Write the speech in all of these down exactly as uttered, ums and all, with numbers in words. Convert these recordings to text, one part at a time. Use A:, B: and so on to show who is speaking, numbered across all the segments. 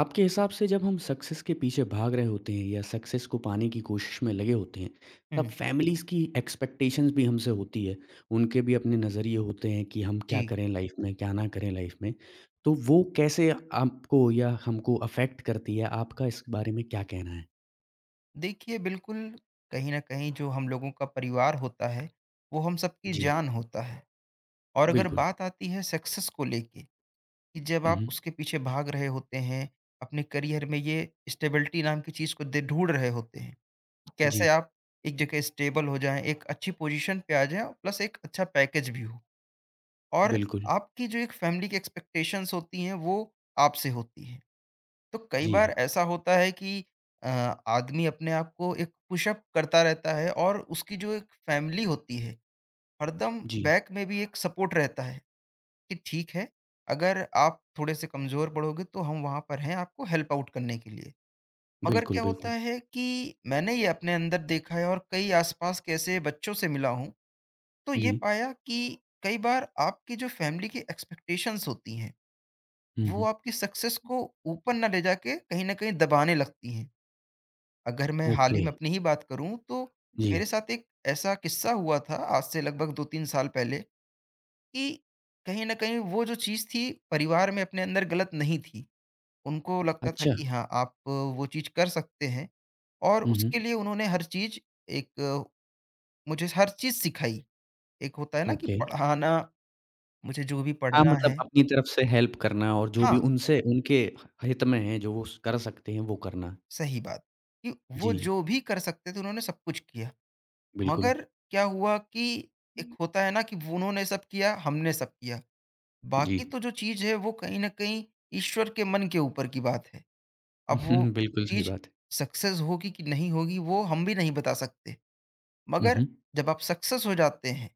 A: आपके हिसाब से जब हम सक्सेस के पीछे भाग रहे होते हैं या सक्सेस को पाने की कोशिश में लगे होते हैं,
B: हुँ।
A: तब फैमिलीज़ की एक्सपेक्टेशंस भी हमसे होती है। उनके भी अपने नज़रिए होते हैं कि हम
B: जी।
A: क्या करें लाइफ़ में, क्या ना करें लाइफ़ में। तो वो कैसे आपको या हमको अफ़ेक्ट करती है? आपका इस बारे में क्या कहना है?
B: देखिए, बिल्कुल। कहीं न कहीं जो हम लोगों का परिवार होता है, वो हम सबकी
A: जी,
B: जान होता है। और अगर
A: बिल्कुल।
B: बात आती है सक्सेस को लेके, कि जब
A: हुँ,
B: आप
A: हुँ।
B: उसके पीछे भाग रहे होते हैं, अपने करियर में ये स्टेबिलिटी नाम की चीज़ को दे ढूँढ रहे होते हैं, कि कैसे
A: जी,
B: आप एक जगह स्टेबल हो जाएँ, एक अच्छी पोज़ीशन पे आ जाएँ और प्लस एक अच्छा पैकेज भी हो, और
A: बिल्कुल।
B: आपकी जो एक फैमिली की एक्सपेक्टेशंस होती हैं, वो आपसे होती हैं। तो कई
A: जी,
B: बार ऐसा होता है कि अ, आदमी अपने आप को एक पुशअप करता रहता है, और उसकी जो एक फैमिली होती है, हरदम
A: जी।
B: बैक में भी एक सपोर्ट रहता है कि ठीक है, अगर आप थोड़े से कमजोर पड़ोगे तो हम वहां पर हैं आपको हेल्प आउट करने के लिए। मगर
A: बिल्कुल,
B: क्या होता
A: बिल्कुल।
B: है कि मैंने ये अपने अंदर देखा है और कई आसपास के ऐसे बच्चों से मिला हूँ, तो ये
A: जी।
B: पाया कि कई बार आपकी जो फैमिली की एक्सपेक्टेशंस होती हैं,
A: हुँ,
B: वो
A: हुँ।
B: आपकी सक्सेस को ऊपर ना ले जाके कहीं ना कहीं दबाने लगती हैं। अगर मैं हाल ही
A: ओके।
B: में अपनी ही बात करूँ, तो
A: जी।
B: मेरे साथ एक ऐसा किस्सा हुआ था आज से लगभग दो तीन साल पहले, कि कहीं न कहीं वो जो चीज़ थी परिवार में, अपने अंदर गलत नहीं थी। उनको लगता था
A: अच्छा।
B: कि हाँ, आप वो चीज़ कर सकते हैं, और
A: हुँ,
B: उसके
A: हुँ।
B: लिए उन्होंने हर चीज़, एक मुझे हर चीज़ सिखाई। एक होता है ना, कि
A: ओके।
B: पढ़ाना, मुझे जो भी
A: हाँ,
B: पढ़ना
A: मतलब
B: है।
A: अपनी तरफ से हेल्प करना और जो भी
B: हाँ,
A: उनसे उनके हित में है, जो वो स कर सकते हैं, वो करना।
B: सही बात, कि वो
A: जी,
B: जो भी कर सकते थे उन्होंने सब कुछ किया।
A: बिल्कुल।
B: मगर क्या हुआ कि एक होता है ना कि वो उन्होंने सब किया, हमने सब किया।
A: जी।
B: बाकी तो जो चीज़ है वो कहीं न कहीं ईश्वर के मन के ऊपर की बात है। अब वो
A: बिल्कुल सही
B: चीज़
A: बात है।
B: सक्सेस होगी कि नहीं होगी, वो हम भी नहीं बता सकते।
A: हुँ,
B: मगर
A: हुँ।
B: जब आप सक्सेस हो जाते हैं,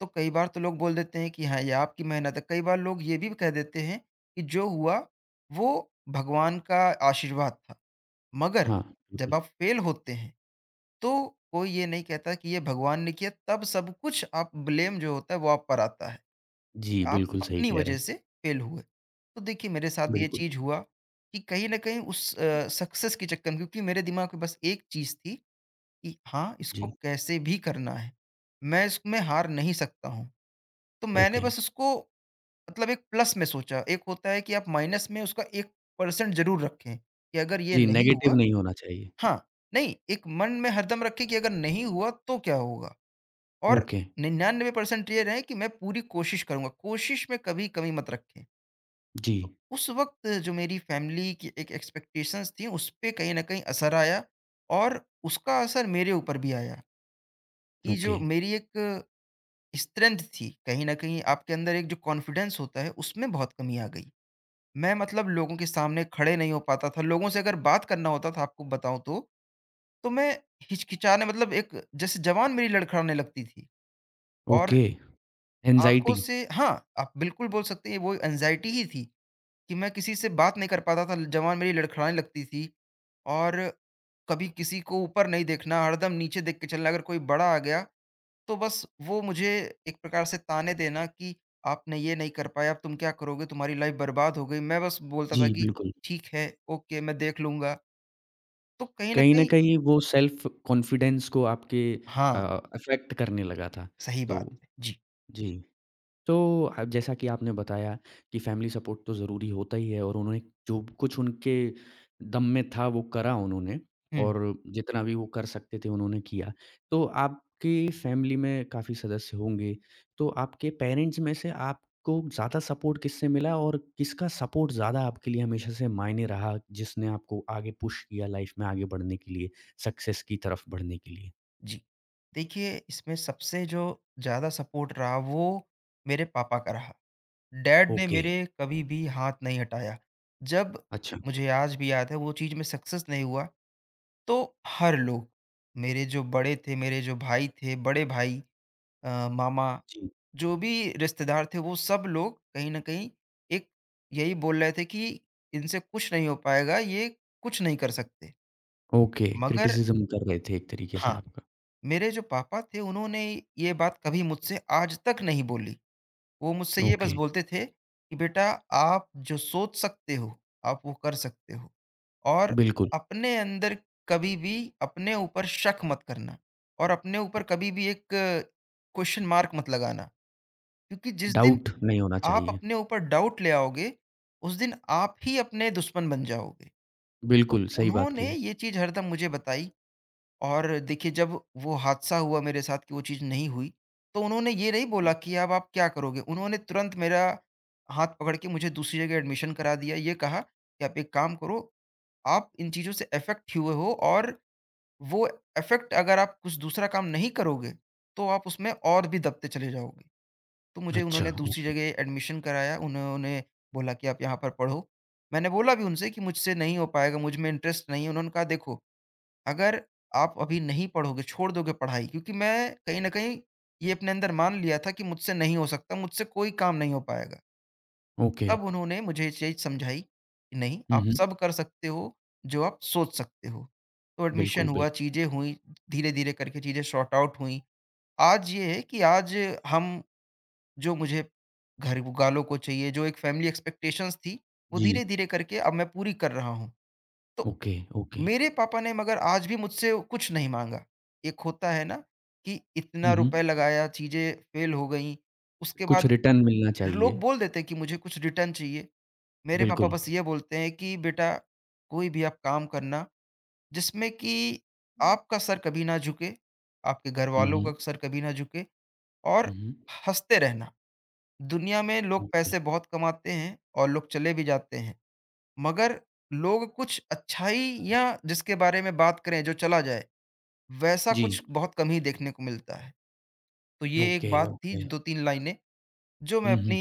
B: तो कई बार तो लोग बोल देते हैं कि हाँ, ये आपकी मेहनत है। कई बार लोग ये भी कह देते हैं कि जो हुआ वो भगवान का आशीर्वाद था। मगर
A: हाँ,
B: जब
A: बिल्कुल।
B: आप फेल होते हैं तो कोई ये नहीं कहता कि ये भगवान ने किया। तब सब कुछ, आप ब्लेम जो होता है वो आप पर आता है।
A: जी,
B: आप
A: बिल्कुल सही
B: अपनी
A: कह रहे
B: वजह
A: हैं।
B: से फेल हुए। तो देखिए, मेरे साथ ये
A: बिल्कुल,
B: चीज़ हुआ कि कहीं न कहीं उस अ, सक्सेस के चक्कर में, क्योंकि मेरे दिमाग में बस एक चीज़ थी कि हाँ, इसको
A: जी,
B: कैसे भी करना है। मैं इसमें हार नहीं सकता हूँ। तो मैंने
A: ओके।
B: बस उसको, मतलब, एक प्लस में सोचा। एक होता है कि आप माइनस में उसका वन परसेंट ज़रूर रखें कि अगर ये
A: जी,
B: नहीं हुआ।
A: नेगेटिव नहीं होना चाहिए।
B: हाँ, नहीं, एक मन में हरदम रखें कि अगर नहीं हुआ तो क्या होगा? और
A: ओके,
B: निन्यानवे प्रतिशत ये रहे कि मैं पूरी कोशिश करूँगा, कोशिश में कभी कमी मत रखें।
A: जी,
B: तो उस वक़्त जो मेरी फैमिली की एक एक्सपेक्टेशंस थी, उस पे कहीं न कहीं असर आया, और उसका असर मेरे ऊपर भी आया कि
A: ओके,
B: जो मेरी एक स्ट्रेंथ थी, कहीं न कहीं आपके अंदर एक जो कॉन्फिडेंस होता है, उसमें बहुत कमी आ गई। मैं, मतलब, लोगों के सामने खड़े नहीं हो पाता था, लोगों से अगर बात करना होता था, आपको बताऊँ तो, तो मैं हिचकिचाने, मतलब, एक जैसे ज़बान मेरी लड़खड़ाने लगती थी। और
A: ओके।
B: आँखों
A: एंग्ज़ायटी
B: से, हाँ, आप बिल्कुल बोल सकते हैं, वो एंग्ज़ायटी ही थी कि मैं किसी से बात नहीं कर पाता था, ज़बान मेरी लड़खड़ाने लगती थी। और कभी किसी को ऊपर नहीं देखना, हरदम नीचे देख के चलना। अगर कोई बड़ा आ गया, तो बस वो मुझे एक प्रकार से ताने देना कि आपने ये नहीं कर पाया, अब तुम क्या करोगे? तुम्हारी लाइफ़ बर्बाद हो गई। मैं बस बोलता था
A: जी,
B: कि
A: बिल्कुल।
B: ठीक है, ओके, मैं देख लूँगा। तो कहीं न
A: कहीं न
B: कहीं,
A: कहीं वो सेल्फ कॉन्फिडेंस को आपके अ,
B: हाँ,
A: अफ़ेक्ट करने लगा था।
B: सही
A: तो
B: बात है। जी।
A: जी। तो अब जैसा कि आपने बताया कि फैमिली सपोर्ट तो ज़रूरी होता ही है और उन्होंने जो कुछ उनके दम में था वो करा उन्होंने
B: हुँ।
A: और जितना भी वो कर सकते थे उन्होंने किया। तो आपकी फैमिली में काफ़ी सदस्य होंगे, तो आपके पेरेंट्स में से आपको ज़्यादा सपोर्ट किससे मिला और किसका सपोर्ट ज़्यादा आपके लिए हमेशा से मायने रहा जिसने आपको आगे पुश किया लाइफ में आगे बढ़ने के लिए, सक्सेस की तरफ बढ़ने के लिए?
B: जी। देखिए, इसमें सबसे जो ज़्यादा सपोर्ट रहा वो मेरे पापा का रहा। डैड ने
A: ओके,
B: मेरे कभी भी हाथ नहीं हटाया। जब,
A: अच्छा।
B: मुझे आज भी याद है, वो चीज़ में सक्सेस नहीं हुआ, तो हर लोग, मेरे जो बड़े थे, मेरे जो भाई थे, बड़े भाई, अ, मामा,
A: जी,
B: जो भी रिश्तेदार थे, वो सब लोग कहीं न कहीं एक यही बोल रहे थे कि इनसे कुछ नहीं हो पाएगा, ये कुछ नहीं कर सकते।
A: ओके
B: मगर
A: क्रिटिसिज़्म कर रहे थे एक तरीके से
B: हाँ,
A: आपका।
B: मेरे जो पापा थे उन्होंने ये बात कभी मुझसे आज तक नहीं बोली। वो मुझसे ये
A: ओके,
B: बस बोलते थे कि बेटा, आप जो सोच सकते हो, आप वो कर सकते हो, और
A: बिल्कुल,
B: अपने अंदर कभी भी, अपने ऊपर शक मत करना, और अपने ऊपर कभी भी एक क्वेश्चन मार्क मत लगाना। क्योंकि जिस दिन
A: डाउट नहीं होना
B: आप
A: चाहिए।
B: अपने ऊपर डाउट ले आओगे, उस दिन आप ही अपने दुश्मन बन जाओगे। तो
A: बिल्कुल, सही बात
B: उन्होंने
A: कही।
B: ये चीज़ हरदम मुझे बताई। और देखिए, जब वो हादसा हुआ मेरे साथ, कि वो चीज़ नहीं हुई, तो उन्होंने ये नहीं बोला कि अब आप क्या करोगे? उन्होंने तुरंत मेरा हाथ पकड़ के मुझे दूसरी जगह एडमिशन करा दिया। ये कहा कि आप एक काम करो, आप इन चीज़ों से अफ़ेक्ट हुए हो, और वो अफ़ेक्ट, अगर आप कुछ दूसरा काम नहीं करोगे, तो आप उसमें और भी दबते चले जाओगे। तो मुझे
A: अच्छा,
B: उन्होंने दूसरी
A: ओके,
B: जगह एडमिशन कराया, उन्होंने बोला कि आप यहाँ पर पढ़ो। मैंने बोला भी उनसे कि मुझसे नहीं हो पाएगा, मुझ में इंटरेस्ट नहीं है। उन्होंने कहा, देखो, अगर आप अभी नहीं पढ़ोगे, छोड़ दोगे पढ़ाई, क्योंकि मैं कहीं न कहीं ये अपने अंदर मान लिया था कि मुझसे नहीं हो सकता, मुझसे कोई काम नहीं हो पाएगा।
A: ओके।
B: तब उन्होंने मुझे ये चीज़ समझाई कि नहीं,
A: हुँ,
B: आप
A: हुँ।
B: सब कर सकते हो, जो आप सोच सकते हो। तो एडमिशन
A: बिल्कुल,
B: हुआ,
A: बिल्कुल।
B: चीज़ें हुई, धीरे-धीरे करके चीज़ें सॉर्ट आउट हुई। आज ये है कि आज हम, जो मुझे घर वालों को चाहिए, जो एक फैमिली एक्सपेक्टेशंस थी, वो
A: जी,
B: धीरे-धीरे करके अब मैं पूरी कर रहा हूँ। तो
A: ओके, ओके।
B: मेरे पापा ने मगर आज भी मुझसे कुछ नहीं माँगा। एक होता है ना, कि इतना
A: हुँ,
B: रुपए
A: हुँ।
B: लगाया, चीज़ें फ़ेल हो गईं, उसके
A: कुछ
B: बाद
A: रिटर्न मिलना
B: लोग
A: चाहिए,
B: बोल देते हैं कि मुझे कुछ रिटर्न चाहिए। मेरे पापा
A: बिल्कुल।
B: बस ये बोलते हैं कि बेटा, कोई भी आप काम करना जिसमें कि
A: हुँ,
B: आपका सर कभी ना झुके, आपके घरवालों का
A: हुँ,
B: सर कभी ना झुके,
A: हुँ,
B: और
A: हुँ,
B: हँसते रहना। दुनिया में लोग
A: ओके।
B: पैसे बहुत कमाते हैं, और लोग चले भी जाते हैं, मगर लोग कुछ अच्छाई, या जिसके बारे में बात करें जो चला जाए, वैसा
A: जी,
B: कुछ बहुत कम ही देखने को मिलता है। तो ये एक
A: ओके,
B: बात थी,
A: ओके।
B: दो तीन लाइनें, जो मैं
A: हुँ,
B: अपनी
A: हुँ।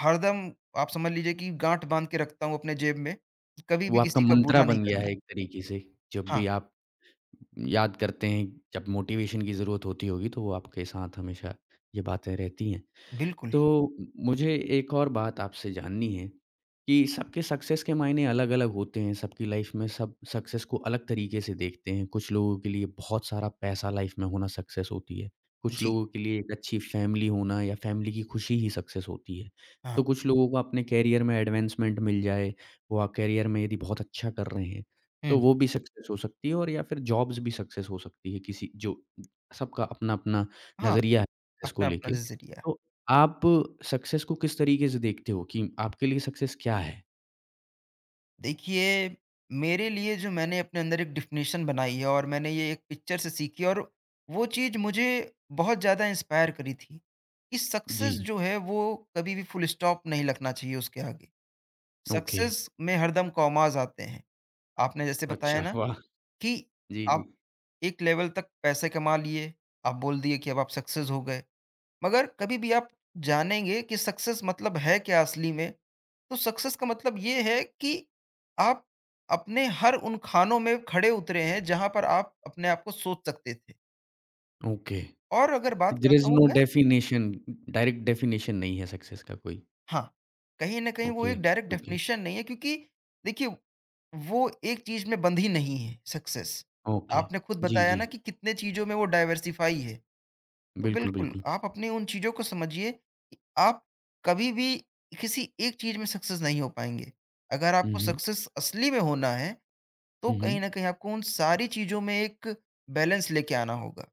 B: हरदम, आप समझ लीजिए, कि गाँठ बाँध के रखता हूँ अपने जेब में, कि कभी
A: वो
B: भी
A: आपका
B: किसी का
A: मंत्रा
B: बुरा नहीं
A: बन गया
B: करना।
A: है एक तरीके से, जब
B: हाँ,
A: भी आप याद करते हैं, जब मोटिवेशन की ज़रूरत होती होगी, तो वो आपके साथ हमेशा ये बातें रहती हैं।
B: बिल्कुल।
A: तो मुझे एक और बात आपसे जाननी है कि सबके सक्सेस के मायने अलग-अलग होते हैं, सबकी लाइफ में सब सक्सेस को अलग तरीके से देखते हैं। कुछ लोगों के लिए बहुत सारा पैसा लाइफ में होना सक्सेस होती है, कुछ
B: जी,
A: लोगों के लिए एक अच्छी फैमिली होना या फैमिली की खुशी ही सक्सेस होती है।
B: हाँ।
A: तो कुछ लोगों को अपने करियर में एडवांसमेंट मिल जाए, वो अ, करियर में यदि बहुत अच्छा कर रहे हैं, तो
B: हुँ,
A: वो भी सक्सेस हो सकती है और या फिर जॉब्स भी सक्सेस हो सकती है किसी जो सबका अपना-अपना
B: हाँ,
A: नज़रिया है इसको
B: अपना-अपना
A: लेके।
B: नज़रिया है।
A: तो आप सक्सेस को किस तरीके से देखते हो कि आपके लिए सक्सेस क्या है?
B: देखिए, मेरे लिए जो मैंने अपने अंदर एक डेफ़िनेशन बनाई है, और मैंने ये एक पिक्चर से सीखी, और वो चीज़ मुझे बहुत ज़्यादा इंस्पायर करी थी, कि
A: जी,
B: सक्सेस जो है वो कभी भी फुल स्टॉप नहीं लगना चाहिए उसके आगे।
A: ओके।
B: सक्सेस में हरदम कॉमास आते हैं। आपने जैसे बताया
A: अच्छा,
B: ना,
A: वाह!
B: कि
A: जी,
B: आप
A: जी।
B: एक लेवल तक पैसे कमा लिए, आप बोल दिए कि अब आप सक्सेस हो गए। मगर कभी भी आप जानेंगे कि सक्सेस मतलब है क्या असली में? तो सक्सेस का मतलब ये है कि आप अपने हर उन खानों में खड़े उतरे हैं जहाँ पर आप अपने आप को सोच सकते थे।
A: ओके।
B: और अगर बात
A: देयर
B: करता
A: इज़
B: हूँ
A: नो
B: मैं,
A: डेफिनेशन डायरेक्ट डेफिनेशन नहीं है सक्सेस का कोई।
B: हाँ, कहीं न कहीं वो
A: ओके,
B: एक डायरेक्ट
A: ओके,
B: डेफ़िनेशन नहीं है, क्योंकि देखिए, वो एक चीज़ में बंधी नहीं है सक्सेस।
A: ओके।
B: आपने खुद
A: जी,
B: बताया
A: जी।
B: ना कि कितने चीज़ों में वो डायवर्सिफ़ाई है। तो
A: बिल्कुल,
B: बिल्कुल,
A: बिल्कुल।
B: आप अपनी उन चीज़ों को समझिए कि आप कभी भी किसी एक चीज़ में सक्सेस नहीं हो पाएँगे। अगर
A: हुँ,
B: आपको
A: हुँ।
B: सक्सेस असली में होना है, तो
A: हुँ, हुँ।
B: कहीं न कहीं आपको उन सारी चीज़ों में एक बैलेंस लेके आना होगा।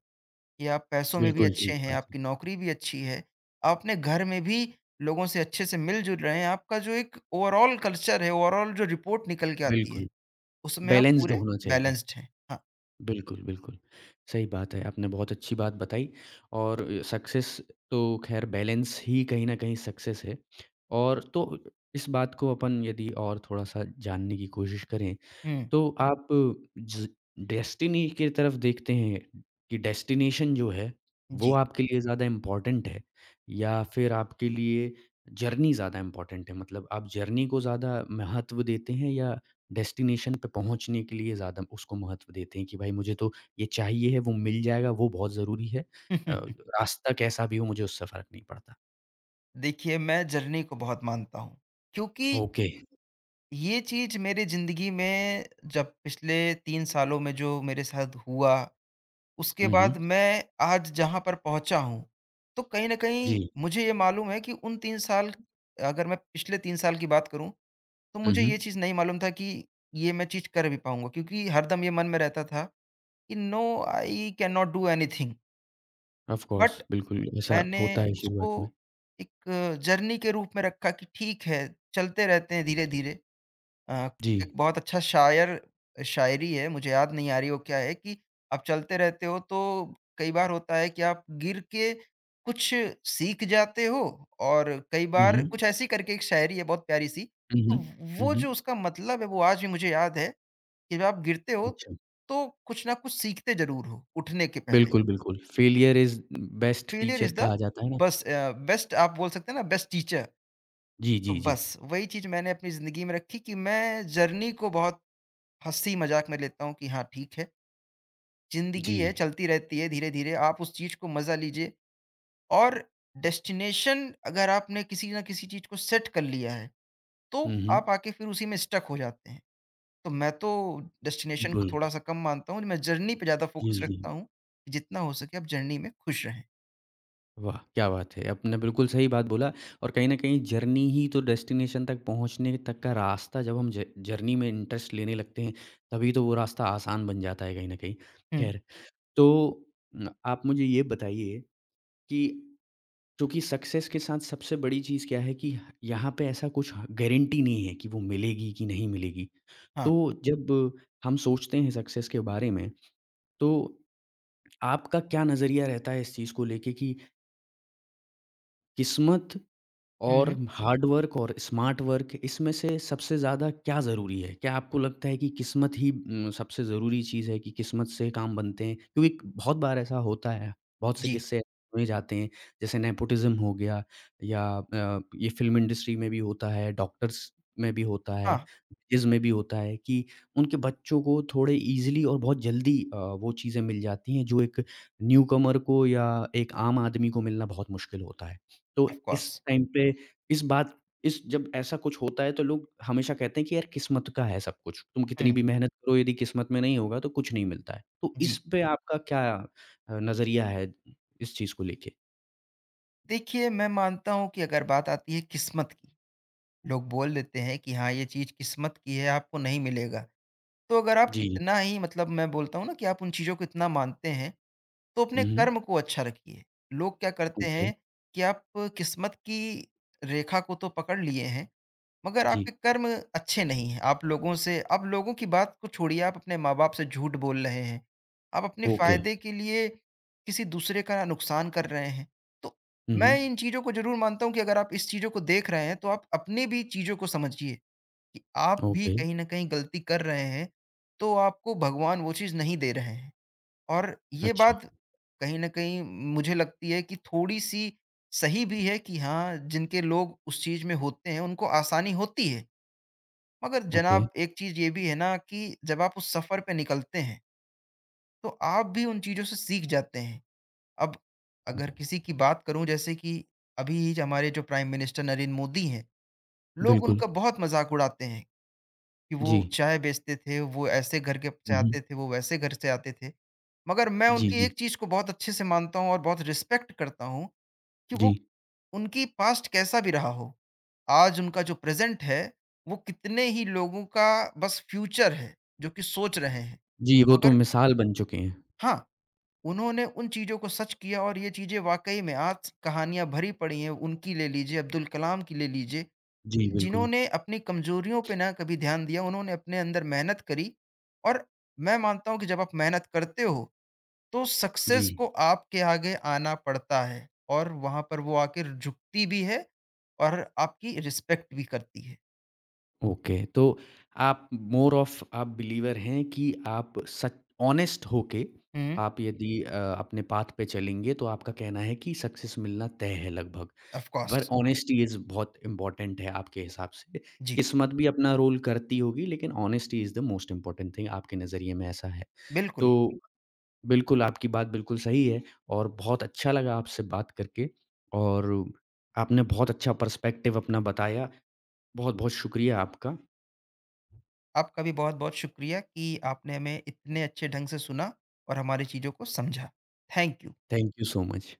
B: कि आप पैसों में भी
A: बिल्कुल
B: अच्छे
A: ठीक
B: हैं,
A: बात है।
B: आपकी नौकरी भी अच्छी है, आप अपने घर में भी लोगों से अच्छे से मिल-जुल रहे हैं, आपका जो एक ओवरॉल कल्चर है, ओवरॉल जो रिपोर्ट निकल के आती है,
A: बिल्कुल,
B: उसमें आप
A: बैलेंस्ड
B: पूरे
A: होना चाहिए।
B: बैलेंस्ड हैं। हाँ।
A: बिल्कुल, बिल्कुल। सही बात है, आपने बहुत अच्छी बात बताई और अ, सक्सेस तो ख़ैर बैलेंस ही कहीं न कहीं सक्सेस है। और तो इस बात को अपन यदि और थोड़ा-सा जानने की कोशिश करें
B: हुँ,
A: तो आप ज डेस्टिनी की तरफ देखते हैं कि डेस्टिनेशन जो है, वो
B: जी।
A: आपके लिए ज़्यादा इम्पोर्टेंट है या फिर आपके लिए जर्नी ज़्यादा इम्पोर्टेंट है? मतलब आप जर्नी को ज़्यादा महत्व देते हैं या डेस्टिनेशन पे पहुँचने के लिए ज़्यादा उसको महत्व देते हैं कि भाई मुझे तो ये चाहिए है, वो मिल जाएगा, वो बहुत ज़रूरी है। अ, रास्ता कैसा भी हो मुझे उससे फ़र्क नहीं पड़ता।
B: देखिए, मैं जर्नी को बहुत मानता हूँ, क्योंकि
A: ओके।
B: ये चीज़ मेरी ज़िंदगी में, जब पिछले तीन सालों में जो मेरे साथ हुआ, उसके
A: हुँ,
B: बाद
A: हुँ।
B: मैं आज जहाँ पर पहुँचा हूँ, तो कहीं न
A: जी।
B: कहीं मुझे ये मालूम है कि उन तीन साल, अगर मैं पिछले तीन साल की बात करूँ, तो
A: हुँ,
B: मुझे
A: हुँ।
B: ये चीज़ नहीं मालूम था कि ये मैं चीज़ कर भी पाऊँगा, क्योंकि हरदम ये मन में रहता था कि no, I can not do anything.
A: Off
B: but
A: course बिल्कुल ऐसा
B: मैंने
A: होता है
B: उसको
A: शुरुआत में।
B: एक जर्नी के रूप में रखा कि ठीक है, चलते रहते हैं धीरे-धीरे। अ,
A: जी।
B: एक बहुत अच्छा शायर, शायरी है, मुझे याद नहीं आ रही वो क्या है, कि आप चलते रहते हो, तो कई बार होता है कि आप गिर के कुछ सीख जाते हो, और कई
A: हुँ,
B: बार
A: हुँ।
B: कुछ ऐसी करके एक शायरी है बहुत प्यारी सी।
A: हुँ, हुँ।
B: तो
A: हुँ,
B: वो
A: हुँ।
B: जो उसका मतलब है वो आज भी मुझे याद है कि जब आप गिरते हो
A: अच्छा।
B: तो कुछ ना कुछ सीखते ज़रूर हो उठने के पहले।
A: बिल्कुल, बिल्कुल। Failure is best
B: failure
A: teacher
B: is the,
A: कहा जाता है ना?
B: बस, अ, बेस्ट, आप बोल सकते हैं ना, बेस्ट टीचर।
A: जी,
B: तो
A: जी, जी।
B: बस वही चीज़ मैंने अपनी ज़िंदगी में रखी कि मैं जर्नी को बहुत हँसी मज़ाक में लेता हूँ कि हाँ, ठीक है, ज़िंदगी
A: जी।
B: है, चलती रहती है, धीरे-धीरे आप उस चीज़ को मज़ा लीजिए। और डेस्टिनेशन, अगर आपने किसी न किसी चीज़ को सेट कर लिया है,
A: हुँ,
B: तो
A: हुँ।
B: आप आके फिर उसी में स्टक हो जाते हैं। तो मैं तो डेस्टिनेशन को
A: बिल्कुल।
B: थोड़ा-सा कम मानता हूँ, मैं जर्नी पे ज़्यादा
A: जी,
B: फोकस
A: जी।
B: रखता हूँ, कि जितना हो सके आप जर्नी में खुश रहें।
A: वाह! क्या बात है। आपने बिल्कुल सही बात बोला और कहीं न कहीं जर्नी ही तो डेस्टिनेशन तक पहुँचने तक का रास्ता जब हम ज जर्नी में इंटरेस्ट लेने लगते हैं, तभी तो वो रास्ता आसान बन जाता है कहीं न कहीं।
B: हुँ,
A: ख़ैर, तो उम, आप मुझे ये बताइए कि क्योंकि सक्सेस के साथ सबसे बड़ी चीज़ क्या है कि ह यहाँ पे ऐसा कुछ गारंटी नहीं है कि वो मिलेगी कि नहीं मिलेगी।
B: हाँ।
A: तो जब हम सोचते हैं सक्सेस के बारे में, तो आपका क्या नज़रिया रहता है इस चीज़ को लेके कि किस्मत
B: हुँ,
A: और
B: हुँ।
A: हार्ड वर्क और स्मार्ट वर्क इसमें से सबसे ज़्यादा क्या ज़रूरी है? क्या आपको लगता है कि किस्मत ही उम, सबसे ज़रूरी चीज़ है कि किस्मत से काम बनते हैं? क्योंकि बहुत बार ऐसा होता है, बहुत से
B: जी।
A: किस्से सुने जाते हैं, जैसे नेपोटिज़्म हो गया या अ, ये फ़िल्म इंडस्ट्री में भी होता है, डॉक्टर्स में भी होता
B: हाँ,
A: है, जज में भी होता है कि उनके बच्चों को थोड़े ईज़िली और बहुत जल्दी अ, वो चीज़ें मिल जाती हैं, जो एक न्यूकमर को या एक आम आदमी को मिलना बहुत मुश्किल होता है। तो
B: ऑफ
A: इस
B: कोर्स।
A: टाइम पे इस बात इस जब ऐसा कुछ होता है तो लोग हमेशा कहते हैं कि यार किस्मत का है सब कुछ। तुम कितनी
B: हुँ,
A: भी मेहनत करो यदि किस्मत में नहीं होगा तो कुछ नहीं मिलता है। तो इस
B: जी।
A: पे आपका क्या अ, नज़रिया है इस चीज़ को लेके?
B: देखिए, मैं मानता हूँ कि अगर बात आती है किस्मत की, लोग बोल देते हैं कि हाँ, ये चीज़ किस्मत की है, आपको नहीं मिलेगा। तो अगर आप
A: जी।
B: इतना ही, मतलब, मैं बोलता हूँ ना कि आप उन चीज़ों को इतना मानते हैं, तो अपने
A: हुँ, हुँ।
B: कर्म को अच्छा रखिए। लोग क्या करते
A: ओके।
B: हैं कि आप किस्मत की रेखा को तो पकड़ लिए हैं, मगर
A: जी।
B: आपके कर्म अच्छे नहीं हैं। आप लोगों से, आप लोगों की बात को छोड़िए, आप अपने माँ-बाप से झूठ बोल रहे हैं। आप अपने
A: ओके।
B: फ़ायदे के लिए किसी दूसरे का नुकसान कर रहे हैं। तो
A: हुँ,
B: मैं
A: हुँ।
B: इन चीज़ों को ज़रूर मानता हूँ कि अगर आप इस चीज़ों को देख रहे हैं, तो आप अपनी भी चीज़ों को समझिए कि आप भी
A: ओके।
B: कहीं न कहीं गलती कर रहे हैं, तो आपको भगवान वो चीज़ नहीं दे रहे हैं। और ये
A: अच्छा।
B: बात कहीं न कहीं मुझे लगती है कि थोड़ी-सी सही भी है कि हाँ, जिनके लोग उस चीज़ में होते हैं, उनको आसानी होती है। मगर
A: ओके।
B: जनाब, एक चीज़ ये भी है ना, कि जब आप उस सफ़र पे निकलते हैं, तो आप भी उन चीज़ों से सीख जाते हैं। अब अगर किसी की बात करूँ, जैसे कि अभी जो हमारे जो प्राइम मिनिस्टर नरेंद्र मोदी हैं, लोग
A: बिल्कुल।
B: उनका बहुत मज़ाक उड़ाते हैं कि
A: जी।
B: वो चाय बेचते थे, वो ऐसे घर के से
A: हुँ, हुँ।
B: आते थे, वो वैसे घर से आते थे। मगर मैं
A: जी,
B: उनकी एक
A: जी।
B: चीज़ को बहुत अच्छे से मानता हूँ और बहुत रिस्पेक्ट करता हूँ कि
A: जी।
B: वो, उनकी पास्ट कैसा भी रहा हो, आज उनका जो प्रेज़ेंट है, वो कितने ही लोगों का बस फ्यूचर है, जो कि सोच रहे हैं।
A: जी, वो तो
B: मगर
A: मिसाल बन चुके हैं।
B: हाँ, उन्होंने उन चीज़ों को सच किया, और ये चीज़ें वाक़ई में आज कहानियाँ भरी पड़ी हैं, उनकी ले लीजिए, अब्दुल कलाम की ले लीजिए,
A: जी, बिल्कुल।
B: जिन्होंने अपनी कमज़ोरियों पे ना कभी ध्यान दिया, उन्होंने अपने अंदर मेहनत करी, और मैं मानता हूँ कि जब आप मेहनत करते हो, तो
A: जी।
B: सक्सेस को आपके आगे आना पड़ता है, और वहाँ पर वो आकर झुकती भी है, और आपकी रिस्पेक्ट भी करती है।
A: ओके, तो आप मोर ऑफ़ आप बिलीवर हैं कि आप सच ऑनेस्ट होके
B: हुँ,
A: आप यदि अ, अपने पाथ पे चलेंगे तो आपका कहना है कि सक्सेस मिलना तय है लगभग।
B: ऑफ़
A: पर
B: कोर्स।
A: ऑनेस्टी इज़ बहुत इम्पोर्टेंट है आपके हिसाब से।
B: जी,
A: किस्मत भी अपना रोल करती होगी लेकिन honesty is the most important thing आपके नज़रिए में ऐसा है।
B: बिल्कुल।
A: तो बिल्कुल आपकी बात बिल्कुल सही है और बहुत अच्छा लगा आपसे बात करके और आपने बहुत अच्छा पर्सपेक्टिव अपना बताया। बहुत-बहुत शुक्रिया आपका।
B: आपका भी बहुत-बहुत शुक्रिया कि आपने हमें इतने अच्छे ढंग से सुना, और हमारी चीज़ों को समझा। Thank you.
A: Thank you so much।